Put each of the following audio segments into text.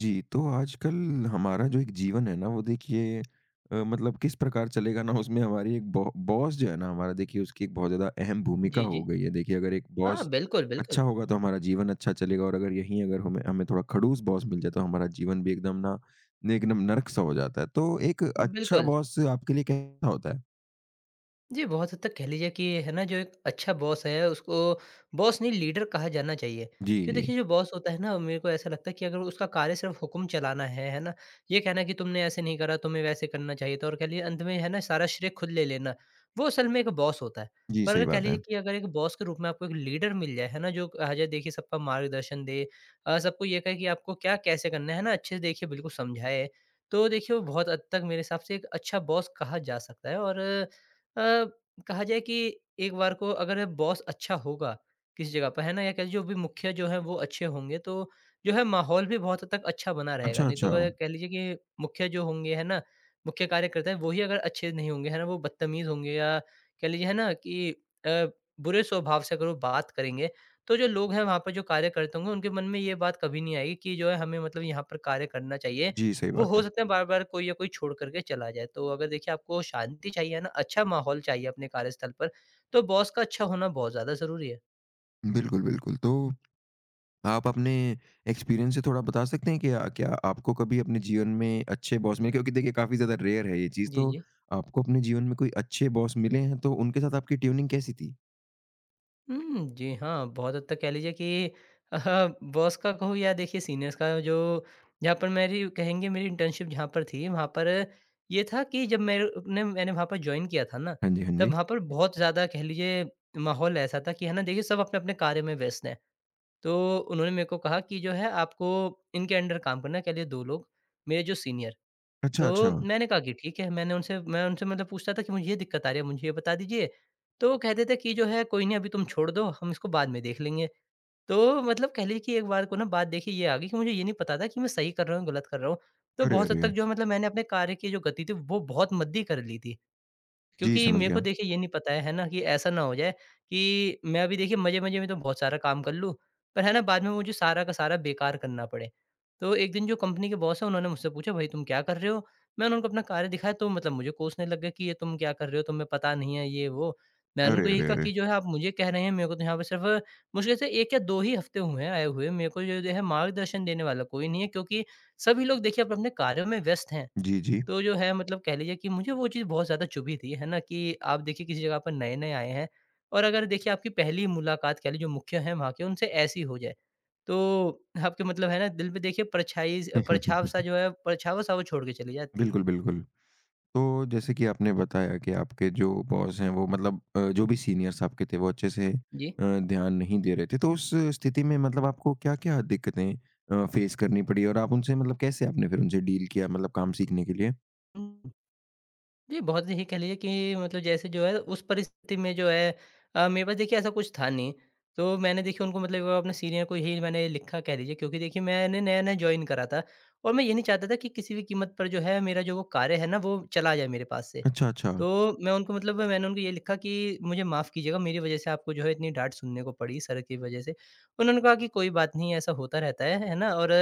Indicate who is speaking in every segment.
Speaker 1: जी, तो आजकल हमारा जो एक जीवन है ना, वो देखिए मतलब किस प्रकार चलेगा ना, उसमें हमारी एक बॉ बॉस जो है ना हमारा, देखिए उसकी एक बहुत ज़्यादा अहम भूमिका
Speaker 2: जी,
Speaker 1: हो
Speaker 2: जी।
Speaker 1: गई है। देखिए अगर एक
Speaker 2: हाँ,
Speaker 1: बॉस
Speaker 2: बिल्कुल, बिल्कुल।
Speaker 1: अच्छा होगा तो हमारा जीवन अच्छा चलेगा, और अगर यहीं अगर हमें हमें थोड़ा खड़ूस बॉस मिल जाए तो हमारा जीवन भी एकदम नर्क सा हो जाता है। तो एक अच्छा
Speaker 2: बिल्कुल।
Speaker 1: बॉस आपके लिए कैसा होता है?
Speaker 2: जी, बहुत हद तक कह लीजिए कि है ना, जो एक अच्छा बॉस है, उसको बॉस नहीं लीडर कहा जाना चाहिए।
Speaker 1: जी,
Speaker 2: क्यों
Speaker 1: जी।
Speaker 2: देखिए, जो बॉस होता है ना, मेरे को ऐसा लगता है कि अगर उसका कार्य सिर्फ़ हुक्म चलाना है ना? ये कहना कि तुमने ऐसे नहीं करा, तुम्हें वैसे करना चाहिए था और कह लीजिए अंत में है ना, सारा श्रेय खुद ले लेना, वो असल में एक बॉस होता है।
Speaker 1: जी,
Speaker 2: पर अगर
Speaker 1: सही
Speaker 2: कह
Speaker 1: बात
Speaker 2: लीजिए
Speaker 1: है।
Speaker 2: कि अगर एक बॉस के रूप में आपको एक लीडर मिल जाए, है ना, जो कहा जाए देखिए सबका मार्गदर्शन दे सबको ये कहे कि आपको क्या कैसे करना है ना? अच्छे से देखिए बिल्कुल समझाए, तो देखिए वो बहुत हद तक मेरे हिसाब से एक अच्छा बॉस कहा जा सकता है और अ, कहा जाए कि एक बार को अगर बॉस अच्छा होगा किसी जगह पर है ना या कह लीजिए जो भी मुखिया जो है वो अच्छे होंगे तो जो है माहौल भी बहुत हद तक अच्छा बना रहेगा।
Speaker 1: अच्छा,
Speaker 2: नहीं तो
Speaker 1: अच्छा।
Speaker 2: अगर कह लीजिए कि मुखिया जो होंगे है ना, मुख्य कार्यकर्ता हैं वही अगर अच्छे नहीं होंगे है ना, वो बदतमीज़ होंगे या कह लीजिए है ना कि अ, बुरे स्वभाव से अगर वो बात करेंगे, तो जो लोग हैं वहाँ पर जो कार्यकर्ता होंगे उनके मन में ये बात कभी नहीं आएगी कि जो है हमें मतलब यहाँ पर कार्य करना चाहिए
Speaker 1: जी, सही
Speaker 2: वो
Speaker 1: बात
Speaker 2: हो
Speaker 1: है।
Speaker 2: सकता है बार-बार कोई या कोई छोड़ कर के चला जाए। तो अगर देखिए आपको शांति चाहिए है ना, अच्छा माहौल चाहिए अपने कार्यस्थल पर, तो बॉस का अच्छा होना बहुत ज़्यादा ज़रूरी है।
Speaker 1: बिल्कुल, बिल्कुल। तो आप अपने एक्सपीरियंस से थोड़ा बता सकते हैं कि क्या आपको कभी अपने जीवन में अच्छे बॉस मिले, क्योंकि देखिए काफी ज्यादा रेयर है ये चीज।
Speaker 2: जी,
Speaker 1: तो
Speaker 2: जी।
Speaker 1: आपको अपने जीवन में कोई अच्छे बॉस मिले हैं तो उनके साथ आपकी ट्यूनिंग कैसी थी?
Speaker 2: हुँ, जी हाँ, बहुत हद तक कह लीजिए कि बॉस का कहूँ या देखिए सीनियर्स का जो जहाँ पर मेरी कहेंगे मेरी इंटर्नशिप जहाँ पर थी, वहाँ पर ये था कि जब मैंने मैंने वहाँ पर जॉइन किया था ना,
Speaker 1: हाँ जी, हाँ
Speaker 2: तब
Speaker 1: जी।
Speaker 2: वहाँ पर बहुत ज़्यादा कह लीजिए माहौल ऐसा था कि है ना, देखिए सब अपने-अपने कार्य में व्यस्त हैं। तो उन्होंने मेरे को कहा कि जो है आपको इनके अंडर काम करना है, क्या लिए 2 लोग मेरे जो सीनियर।
Speaker 1: अच्छा, अच्छा।
Speaker 2: तो मैंने कहा कि ठीक है, मैं उनसे मतलब पूछता था कि मुझे ये दिक्कत आ रही है, मुझे ये बता दीजिए। तो वो कहते थे कि जो है कोई नहीं अभी तुम छोड़ दो, हम इसको बाद में देख लेंगे। तो मतलब कह लीजिए कि एक बार को ना बात देखिए ये आ गई कि मुझे ये नहीं पता था कि मैं सही कर रहा हूँ, गलत कर रहा हूँ। तो
Speaker 1: अरे,
Speaker 2: बहुत हद
Speaker 1: अरे।
Speaker 2: तक जो है मतलब मैंने अपने कार्य की जो गति थी वो बहुत मद्दी कर ली थी।
Speaker 1: जी,
Speaker 2: क्योंकि
Speaker 1: समझ
Speaker 2: मेरे को
Speaker 1: गया।
Speaker 2: देखिए ये नहीं पता है ना? कि ऐसा ना हो जाए कि मैं अभी देखिए मज़े-मज़े में तो बहुत सारा काम कर लूँ, पर है ना बाद में मुझे सारा का सारा बेकार करना पड़े। तो एक दिन जो कंपनी के बॉस हैं उन्होंने मुझसे पूछा, "भाई तुम क्या कर रहे हो?" मैंने उनको अपना कार्य दिखाया तो मतलब मुझे कोसने लग गए कि ये तुम क्या कर रहे हो? तुम्हें पता नहीं है ये वो। मैंने उनको
Speaker 1: अरे
Speaker 2: यही
Speaker 1: अरे
Speaker 2: कहा
Speaker 1: अरे
Speaker 2: कि जो है आप मुझे कह रहे हैं, मेरे को तो यहाँ पे सिर्फ़ मुश्किल से 1 या 2 ही हफ़्ते हुए हैं आए हुए। मेरे को जो है मार्गदर्शन देने वाला कोई नहीं है क्योंकि सभी लोग देखिए अपने-अपने कार्यों में व्यस्त हैं।
Speaker 1: जी, जी।
Speaker 2: तो जो है मतलब कह लीजिए कि मुझे वो चीज़ बहुत ज़्यादा चुभी थी, है ना? कि आप देखिए किसी जगह पर नए-नए आए हैं और अगर देखिए आपकी पहली मुलाकात कह लीजिए जो मुख्य हैं वहाँ के उनसे ऐसी हो जाए, तो आपके मतलब है ना दिल पे देखिए परछाई स परछाव-सा जो है परछावा-सा वो छोड़ के चली जाती है।
Speaker 1: बिल्कुल, बिल्कुल। तो जैसे कि आपने बताया कि आपके जो बॉस हैं वो, मतलब जो भी सीनियर्स आपके थे, वो अच्छे से
Speaker 2: जी।
Speaker 1: ध्यान नहीं दे रहे थे, तो उस स्थिति में मतलब आपको क्या-क्या दिक्कतें फेस करनी पड़ी, और आप उनसे मतलब कैसे आपने फिर उनसे डील किया मतलब काम सीखने के लिए?
Speaker 2: जी, बहुत ही कह लीजिए कि मतलब जैसे जो है उस परिस्थिति में जो है मेरे पास देखिए ऐसा कुछ था नहीं। तो मैंने देखिए उनको मतलब वो अपने सीनियर को ही मैंने लिखा कह लीजिए क्योंकि देखिए मैंने नया-नया जॉइन करा था और मैं ये नहीं चाहता था कि किसी भी कीमत पर जो है मेरा जो वो कार्य है ना वो चला जाए मेरे पास से।
Speaker 1: अच्छा, अच्छा।
Speaker 2: तो मैं उनको मतलब मैंने उनको ये लिखा कि मुझे माफ़ कीजिएगा मेरी वज़ह से आपको जो है इतनी डाँट सुनने को पड़ी सर की वज़ह से। उन्होंने कहा कि कोई बात नहीं ऐसा होता रहता है ना? और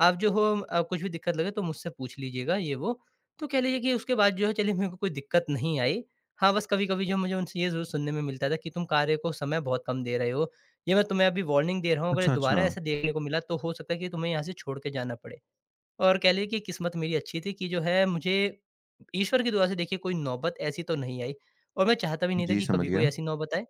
Speaker 2: आप जो हो कुछ भी दिक्कत लगे तो मुझसे पूछ लीजिएगा ये वो तो कह लीजिए कि उसके बाद जो है चलिए मेरे को कोई दिक्कत नहीं आई। हाँ, बस कभी-कभी जो मुझे उनसे ये ज़रूर सुनने में मिलता था कि तुम कार्य को समय बहुत कम दे रहे हो। ये मैं तुम्हें अभी वार्निंग दे रहा हूँ, अगर ये
Speaker 1: अच्छा, अच्छा।
Speaker 2: दोबारा ऐसा देखने को मिला तो हो सकता है कि तुम्हें यहाँ से छोड़ के जाना पड़े। और कह लीजिए कि किस्मत मेरी अच्छी थी कि जो है मुझे ईश्वर की दुआ से देखिए कोई नौबत ऐसी तो नहीं आई और मैं चाहता भी नहीं था
Speaker 1: जी,
Speaker 2: कि
Speaker 1: समझ
Speaker 2: कभी कोई
Speaker 1: गया।
Speaker 2: ऐसी नौबत आए।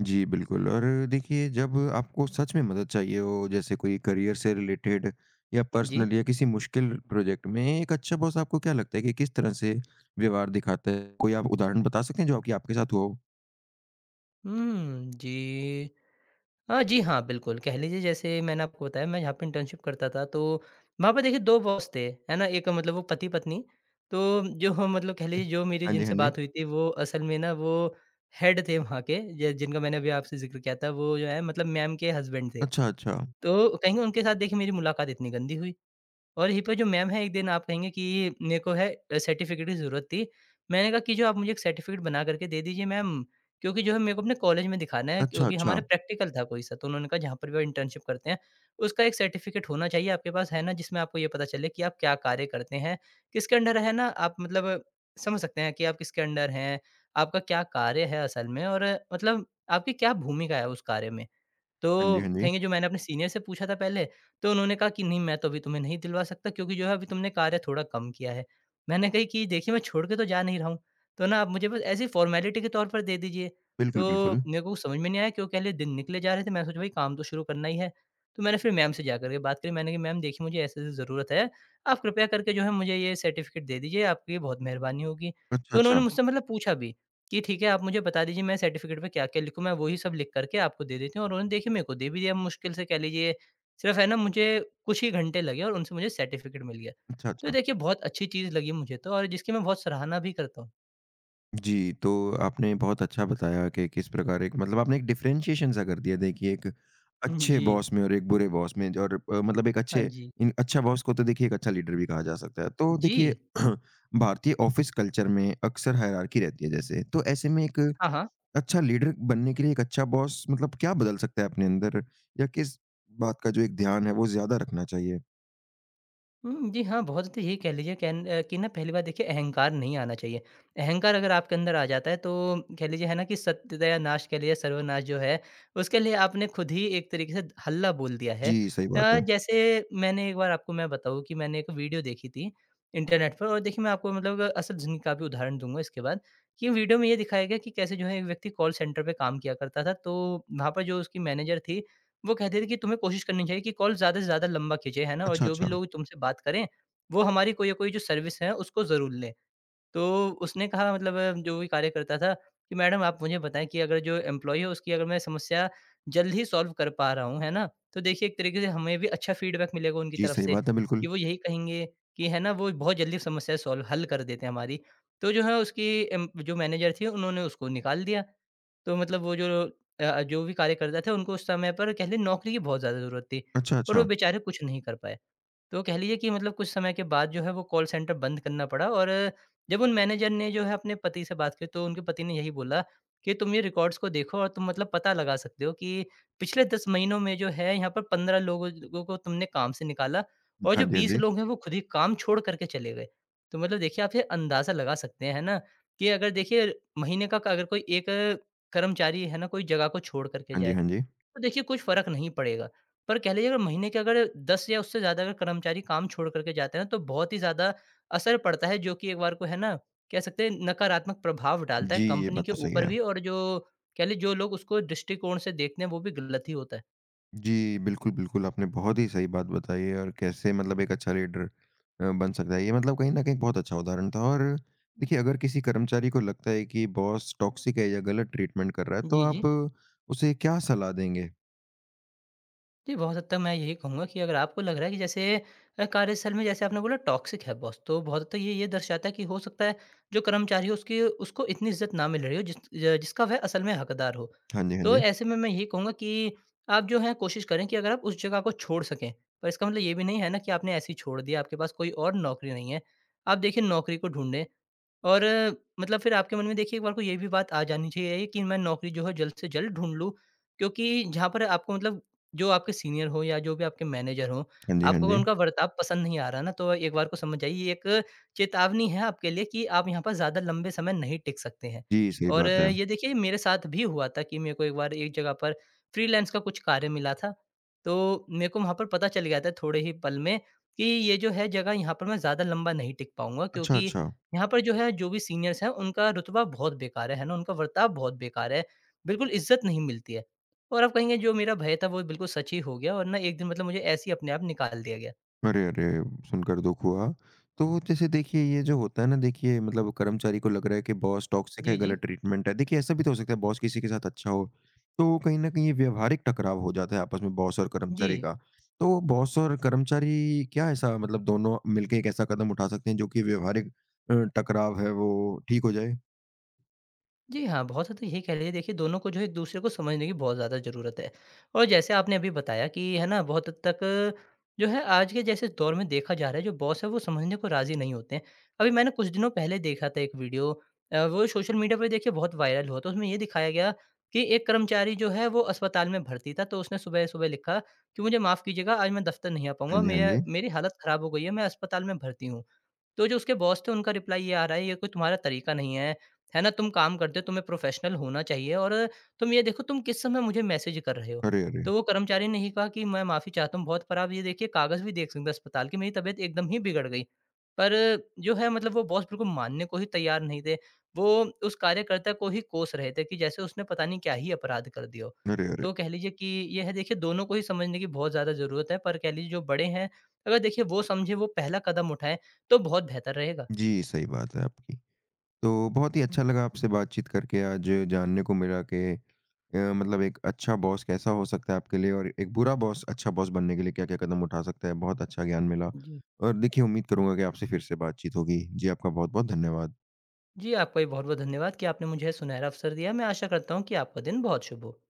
Speaker 1: जी, बिल्कुल। और देखिए जब आपको सच में मदद चाहिए हो, जैसे कोई करियर से रिलेटेड या
Speaker 2: जी।
Speaker 1: पर्सनल या किसी मुश्किल प्रोजेक्ट में, एक अच्छा बॉस आपको क्या लगता है कि किस तरह से व्यवहार दिखाता है? कोई आप उदाहरण बता सकते हैं जो आपकी आपके साथ हुआ हो?
Speaker 2: हुँ, जी। हाँ, जी, हाँ, बिल्कुल, कह लीजिए जैसे मैंने आपको बताया मैं जहाँ पे इंटर्नशिप करता था तो वहाँ पे देखिए 2 बॉस थे, है ना? एक मतलब वो पति-पत्नी, तो जो हम मतलब कह लीजिए जो मेरी
Speaker 1: हाँ जी, हाँ
Speaker 2: जिनसे
Speaker 1: जी।
Speaker 2: बात हुई थी वो असल में ना वो हेड थे वहाँ के ज जिनका मैंने अभी आपसे ज़िक्र किया था वो जो है मतलब मैम के हस्बैंड थे।
Speaker 1: अच्छा, अच्छा।
Speaker 2: तो कहीं उनके साथ देखिए मेरी मुलाकात इतनी गंदी हुई और यहीं पे जो मैम है, एक दिन आप कहेंगे कि मेरे को है सर्टिफ़िकेट की ज़रूरत थी। मैंने कहा कि जो आप मुझे एक सर्टिफ़िकेट बना कर के दे दीजिए मैम, क्योंकि जो है मेरे को अपने कॉलेज में दिखाना है
Speaker 1: अच्छा,
Speaker 2: क्योंकि
Speaker 1: अच्छा।
Speaker 2: हमारा प्रैक्टिकल था कोई-सा। तो उन्होंने कहा जहाँ पर भी आप इंटर्नशिप करते हैं, उसका एक सर्टिफ़िकेट होना चाहिए आपके पास, है ना? जिसमें आपको ये पता चले कि आप क्या कार्य करते हैं, किसके अंडर है ना? आप मतलब समझ सकते हैं कि आप किसके अंडर हैं, आपका क्या कार्य है असल में और मतलब आपकी क्या भूमिका है उस कार्य में।
Speaker 1: हाँ
Speaker 2: तो
Speaker 1: जी, हाँ जी।
Speaker 2: कहेंगे जो मैंने अपने सीनियर से पूछा था पहले, तो उन्होंने कहा कि नहीं मैं तो अभी तुम्हें नहीं दिलवा सकता क्योंकि जो है अभी तुमने कार्य थोड़ा कम किया है। मैंने कही कि देखिए मैं छोड़ के तो जा नहीं रहा हूँ, तो ना आप मुझे बस ऐसे ही फ़ॉर्मेलिटी के तौर पर दे दीजिए।
Speaker 1: बिल्कुल, बिल्कुल।
Speaker 2: तो मेरे को कुछ समझ में नहीं आया कि वो कह लिए दिन निकले जा रहे थे, मैंने सोचा भाई काम तो शुरू करना ही है। तो मैंने फिर मैम से जा कर के बात करी, मैंने कहा मैम देखिए मुझे ऐसे-ऐसे ज़रूरत है, आप कृपया करके जो है मुझे ये सर्टिफ़िकेट दे दीजिए, आपकी बहुत मेहरबानी होगी।
Speaker 1: अच्छा,
Speaker 2: तो उन्होंने
Speaker 1: अच्छा।
Speaker 2: मुझसे मतलब पूछा भी कि ठीक है, आप मुझे बता दीजिए मैं सर्टिफ़िकेट पे क्या-क्या लिखूँ, मैं वही सब लिख करके आपको दे देती हूँ और उन्होंने देखिए मेरे को दे भी दिया मुश्किल से कह लीजिए, सिर्फ़ है ना मुझे कुछ ही घंटे लगे और उनसे मुझे सर्टिफ़िकेट मिल गया।
Speaker 1: अच्छा,
Speaker 2: तो
Speaker 1: अच्छा।
Speaker 2: देखिए बहुत अच्छी चीज़ लगी मुझे तो और जिसकी मैं बहुत सराहना भी करता हूँ।
Speaker 1: जी, तो आपने बहुत अच्छा बताया कि किस प्रकार एक, मतलब आपने एक डिफ़रेंशिएशन-सा कर दिया देखिए एक
Speaker 2: हुँ,
Speaker 1: अच्छे
Speaker 2: जी।
Speaker 1: बॉस में और एक बुरे बॉस में। और मतलब एक
Speaker 2: हाँ
Speaker 1: अच्छे
Speaker 2: जी।
Speaker 1: इन अच्छा बॉस को तो देखिए एक अच्छा लीडर भी कहा जा सकता है। तो देखिए
Speaker 2: जी।
Speaker 1: भारतीय ऑफ़िस कल्चर में अक्सर हायरार्की रहती है जैसे, तो ऐसे में एक
Speaker 2: हाँ, हाँ।
Speaker 1: अच्छा लीडर बनने के लिए एक अच्छा बॉस मतलब क्या बदल सकता है अपने अंदर, या किस बात का जो एक ध्यान है वो ज़्यादा रखना चाहिए?
Speaker 2: हुँ, जी हाँ, बहुत ज़्यादा यही कह लीजिए कि ना पहली बात देखिए अहंकार नहीं आना चाहिए। अहंकार अगर आपके अंदर आ जाता है तो कह लीजिए है ना कि सत्यानाश कह लीजिए सर्वनाश जो है, उसके लिए आपने खुद ही एक तरीके से हल्ला बोल दिया है।
Speaker 1: जी, सही बात है।
Speaker 2: जैसे मैंने एक बार आपको मैं बताऊँ कि मैंने एक वीडियो देखी थी इंटरनेट पर और देखिए मैं आपको मतलब असल ज़िंदगी का भी उदाहरण दूँगा इसके बाद, कि वीडियो में ये दिखाया गया कि कैसे जो है एक व्यक्ति कॉल सेंटर पे काम किया करता था, तो वहाँ पर जो उसकी मैनेजर थी वो कहते थे कि तुम्हें कोशिश करनी चाहिए कि कॉल ज़्यादा से ज़्यादा लंबा खींचे, है ना? और
Speaker 1: अच्छा,
Speaker 2: जो भी
Speaker 1: अच्छा।
Speaker 2: लोग तुमसे बात करें, वो हमारी कोई या कोई जो सर्विस है उसको ज़रूर लें। तो उसने कहा मतलब जो भी कार्य करता था कि मैडम आप मुझे बताएँ कि अगर जो एम्प्लॉयी है उसकी अगर मैं समस्या जल्द ही सॉल्व कर पा रहा हूँ, है ना? तो देखिए एक तरीके से हमें भी अच्छा फीडबैक मिलेगा उनकी
Speaker 1: जी,
Speaker 2: तरफ
Speaker 1: सही
Speaker 2: से
Speaker 1: बात है,
Speaker 2: कि
Speaker 1: बिल्कुल।
Speaker 2: वो यही कहेंगे कि है ना वो बहुत जल्दी समस्या सॉल्व हल कर देते हैं हमारी। तो जो है उसकी एम जो मैनेजर थी उन्होंने उसको निकाल दिया। तो मतलब वो जो जो भी कार्यकर्ता थे उनको उस समय पर कह लें नौकरी की बहुत ज़्यादा ज़रूरत थी,
Speaker 1: अच्छा,
Speaker 2: पर वो
Speaker 1: अच्छा।
Speaker 2: बेचारे कुछ नहीं कर पाए। तो कह लीजिए कि मतलब कुछ समय के बाद जो है वो कॉल सेंटर बंद करना पड़ा। और जब उन मैनेजर ने जो है अपने पति से बात की तो उनके पति ने यही बोला कि तुम ये रिकॉर्ड्स को देखो और तुम मतलब पता लगा सकते हो कि पिछले 10 महीनों में जो है यहाँ पर 15 लोगों लोगों को तुमने काम से निकाला और
Speaker 1: हाँ
Speaker 2: जो
Speaker 1: जी, हाँ
Speaker 2: 20
Speaker 1: जी।
Speaker 2: लोग हैं वो खुद ही काम छोड़ करके चले गए। तो मतलब देखिए आप ये अंदाज़ा लगा सकते हैं, है ना? कि अगर देखिए महीने का क अगर कोई एक कर्मचारी है ना, कोई जगह को छोड़ कर के
Speaker 1: हाँ जी,
Speaker 2: जाए,
Speaker 1: हाँ जी।
Speaker 2: तो देखिए कुछ फ़र्क नहीं पड़ेगा। पर कह लीजिए अगर महीने के अगर 10 या उससे ज़्यादा अगर कर्मचारी काम छोड़ कर के जाते हैं ना, तो बहुत ही ज़्यादा असर पड़ता है, जो कि एक बार को है ना, कह सकते हैं नकारात्मक प्रभाव डालता
Speaker 1: जी,
Speaker 2: है
Speaker 1: ये
Speaker 2: कंपनी
Speaker 1: बात
Speaker 2: के
Speaker 1: तो सही
Speaker 2: ऊपर
Speaker 1: है।
Speaker 2: भी। और जो कह लीजिए जो लोग उसको दृष्टिकोण से देखते हैं, वो भी गलत ही होता है।
Speaker 1: जी, बिल्कुल, बिल्कुल, आपने बहुत ही सही बात बताई है और कैसे मतलब एक अच्छा लीडर बन सकता है। ये मतलब कहीं न कहीं बहुत अच्छा उदाहरण था। और देखिए अगर किसी कर्मचारी को लगता है कि बॉस टॉक्सिक है या गलत ट्रीटमेंट कर रहा है, तो
Speaker 2: जी, जी।
Speaker 1: आप उसे क्या सलाह देंगे?
Speaker 2: जी, बहुत हद तक मैं यही कहूँगा कि अगर आपको लग रहा है कि जैसे कार्यस्थल में जैसे आपने बोला टॉक्सिक है बॉस, तो बहुत हद तक ये दर्शाता है कि हो सकता है जो कर्मचारी हो उसकी उसको इतनी इज़्ज़त ना मिल रही हो जिसका वह असल में हकदार हो।
Speaker 1: हाँ जी, हाँ
Speaker 2: तो
Speaker 1: जी।
Speaker 2: ऐसे में मैं यही कहूँगा कि आप जो है कोशिश करें कि अगर आप उस जगह को छोड़ सकें, पर इसका मतलब ये भी नहीं है ना कि आपने ऐसे ही छोड़ दिया, आपके पास कोई और नौकरी नहीं है। आप देखिए नौकरी को ढूँढें, और मतलब फिर आपके मन में देखिए एक बार को ये भी बात आ जानी चाहिए कि मैं नौकरी जो है जल्द से जल्द ढूँढ लूँ। क्योंकि जहाँ पर आपको मतलब जो आपके सीनियर हो या जो भी आपके मैनेजर हों,
Speaker 1: हाँ जी, हाँ
Speaker 2: आपको अगर
Speaker 1: जी।
Speaker 2: उनका बर्ताव पसंद नहीं आ रहा ना, तो एक बार को समझ जाइए ये एक चेतावनी है आपके लिए कि आप यहाँ पर ज़्यादा लंबे समय नहीं टिक सकते हैं।
Speaker 1: जी, सही
Speaker 2: और
Speaker 1: बात है।
Speaker 2: ये देखिए मेरे साथ भी हुआ था कि मेरे को एक बार एक जगह पर फ्रीलांस का कुछ कार्य मिला था। तो मेरे को वहाँ पर पता चल गया था थोड़े ही पल में कि ये जो है जगह यहाँ पर मैं ज़्यादा लंबा नहीं टिक पाऊँगा,
Speaker 1: अच्छा,
Speaker 2: क्योंकि
Speaker 1: अच्छा।
Speaker 2: यहाँ पर जो है, जो भी सीनियर्स हैं, उनका रुतबा बहुत बेकार है ना? उनका बर्ताव बहुत बेकार है, बिल्कुल इज़्ज़त नहीं मिलती है। और आप कहेंगे जो मेरा भय था वो बिल्कुल सच ही हो गया और ना एक दिन मतलब मुझे ऐसे ही अपने आप निकाल दिया गया।
Speaker 1: अरे, अरे! सुनकर दुःख हुआ। तो जैसे देखिए ये जो होता है ना, देखिए मतलब कर्मचारी को लग रहा है कि बॉस टॉक्सिक
Speaker 2: जी,
Speaker 1: है,
Speaker 2: जी।
Speaker 1: गलत ट्रीटमेंट है। देखिए ऐसा भी तो हो सकता है बॉस किसी के साथ अच्छा हो, तो कहीं न कहीं ये व्यावहारिक टकराव हो जाता है आपस में बॉस और
Speaker 2: जी।
Speaker 1: कर्मचारी का। तो बॉस और कर्मचारी क्या ऐसा मतलब दोनों मिलके एक ऐसा कदम उठा सकते हैं जो कि व्यावहारिक टकराव है वो ठीक हो जाए?
Speaker 2: जी हाँ, बहुत हद तक यही कह लीजिए देखिए दोनों को जो है एक-दूसरे को समझने की बहुत ज़्यादा ज़रूरत है। और जैसे आपने अभी बताया कि है ना, बहुत हद तक जो है आज के जैसे दौर में देखा जा रहा है जो बॉस है वो समझने को राज़ी नहीं होते हैं। अभी मैंने कुछ दिनों पहले देखा था एक वीडियो, वो सोशल मीडिया पे देखिए बहुत वायरल हुआ था। उसमें ये दिखाया गया कि एक कर्मचारी जो है वो अस्पताल में भर्ती था, तो उसने सुबह-सुबह लिखा कि मुझे माफ़ कीजिएगा, आज मैं दफ़्तर नहीं आ
Speaker 1: हाँ
Speaker 2: पाऊँगा,
Speaker 1: जी, हाँ
Speaker 2: मेरा
Speaker 1: जी।
Speaker 2: मेरी हालत ख़राब हो गई है, मैं अस्पताल में भर्ती हूँ। तो जो उसके बॉस थे उनका रिप्लाई ये आ रहा है, ये कोई तुम्हारा तरीका नहीं है, है ना? तुम काम करते हो, तुम्हें प्रोफेशनल होना चाहिए और तुम ये देखो तुम किस समय मुझे मैसेज कर रहे हो।
Speaker 1: अरे, अरे!
Speaker 2: तो वो कर्मचारी ने ही कहा कि मैं माफ़ी चाहता हूँ बहुत, पर आप ये देखिए कागज़ भी देख सकते हैं अस्पताल की, मेरी तबीयत एकदम ही बिगड़ गई। पर जो है मतलब वो बॉस बिल्कुल मानने को ही तैयार नहीं थे। वो उस कार्यकर्ता को ही कोस रहे थे कि जैसे उसने पता नहीं क्या ही अपराध कर दिया हो।
Speaker 1: अरे, अरे!
Speaker 2: तो कह लीजिए कि ये है देखिए दोनों को ही समझने की बहुत ज़्यादा ज़रूरत है, पर कह लीजिए जो बड़े हैं, अगर देखिए वो समझे वो पहला कदम उठाएँ तो बहुत बेहतर रहेगा।
Speaker 1: जी, सही बात है आपकी। तो बहुत ही अच्छा लगा आपसे बातचीत करके। आज जानने को मिला कि मतलब एक अच्छा बॉस कैसा हो सकता है आपके लिए और एक बुरा बॉस अच्छा बॉस बनने के लिए क्या-क्या कदम उठा सकता है? बहुत अच्छा ज्ञान मिला।
Speaker 2: जी।
Speaker 1: और देखिए उम्मीद करूँगा कि आपसे फिर से बातचीत होगी। जी, आपका बहुत-बहुत धन्यवाद।
Speaker 2: जी, आपका भी बहुत-बहुत धन्यवाद कि आपने मुझे यह सुनहरा अवसर दिया। मैं आशा करता हूँ कि आपका दिन बहुत शुभ हो।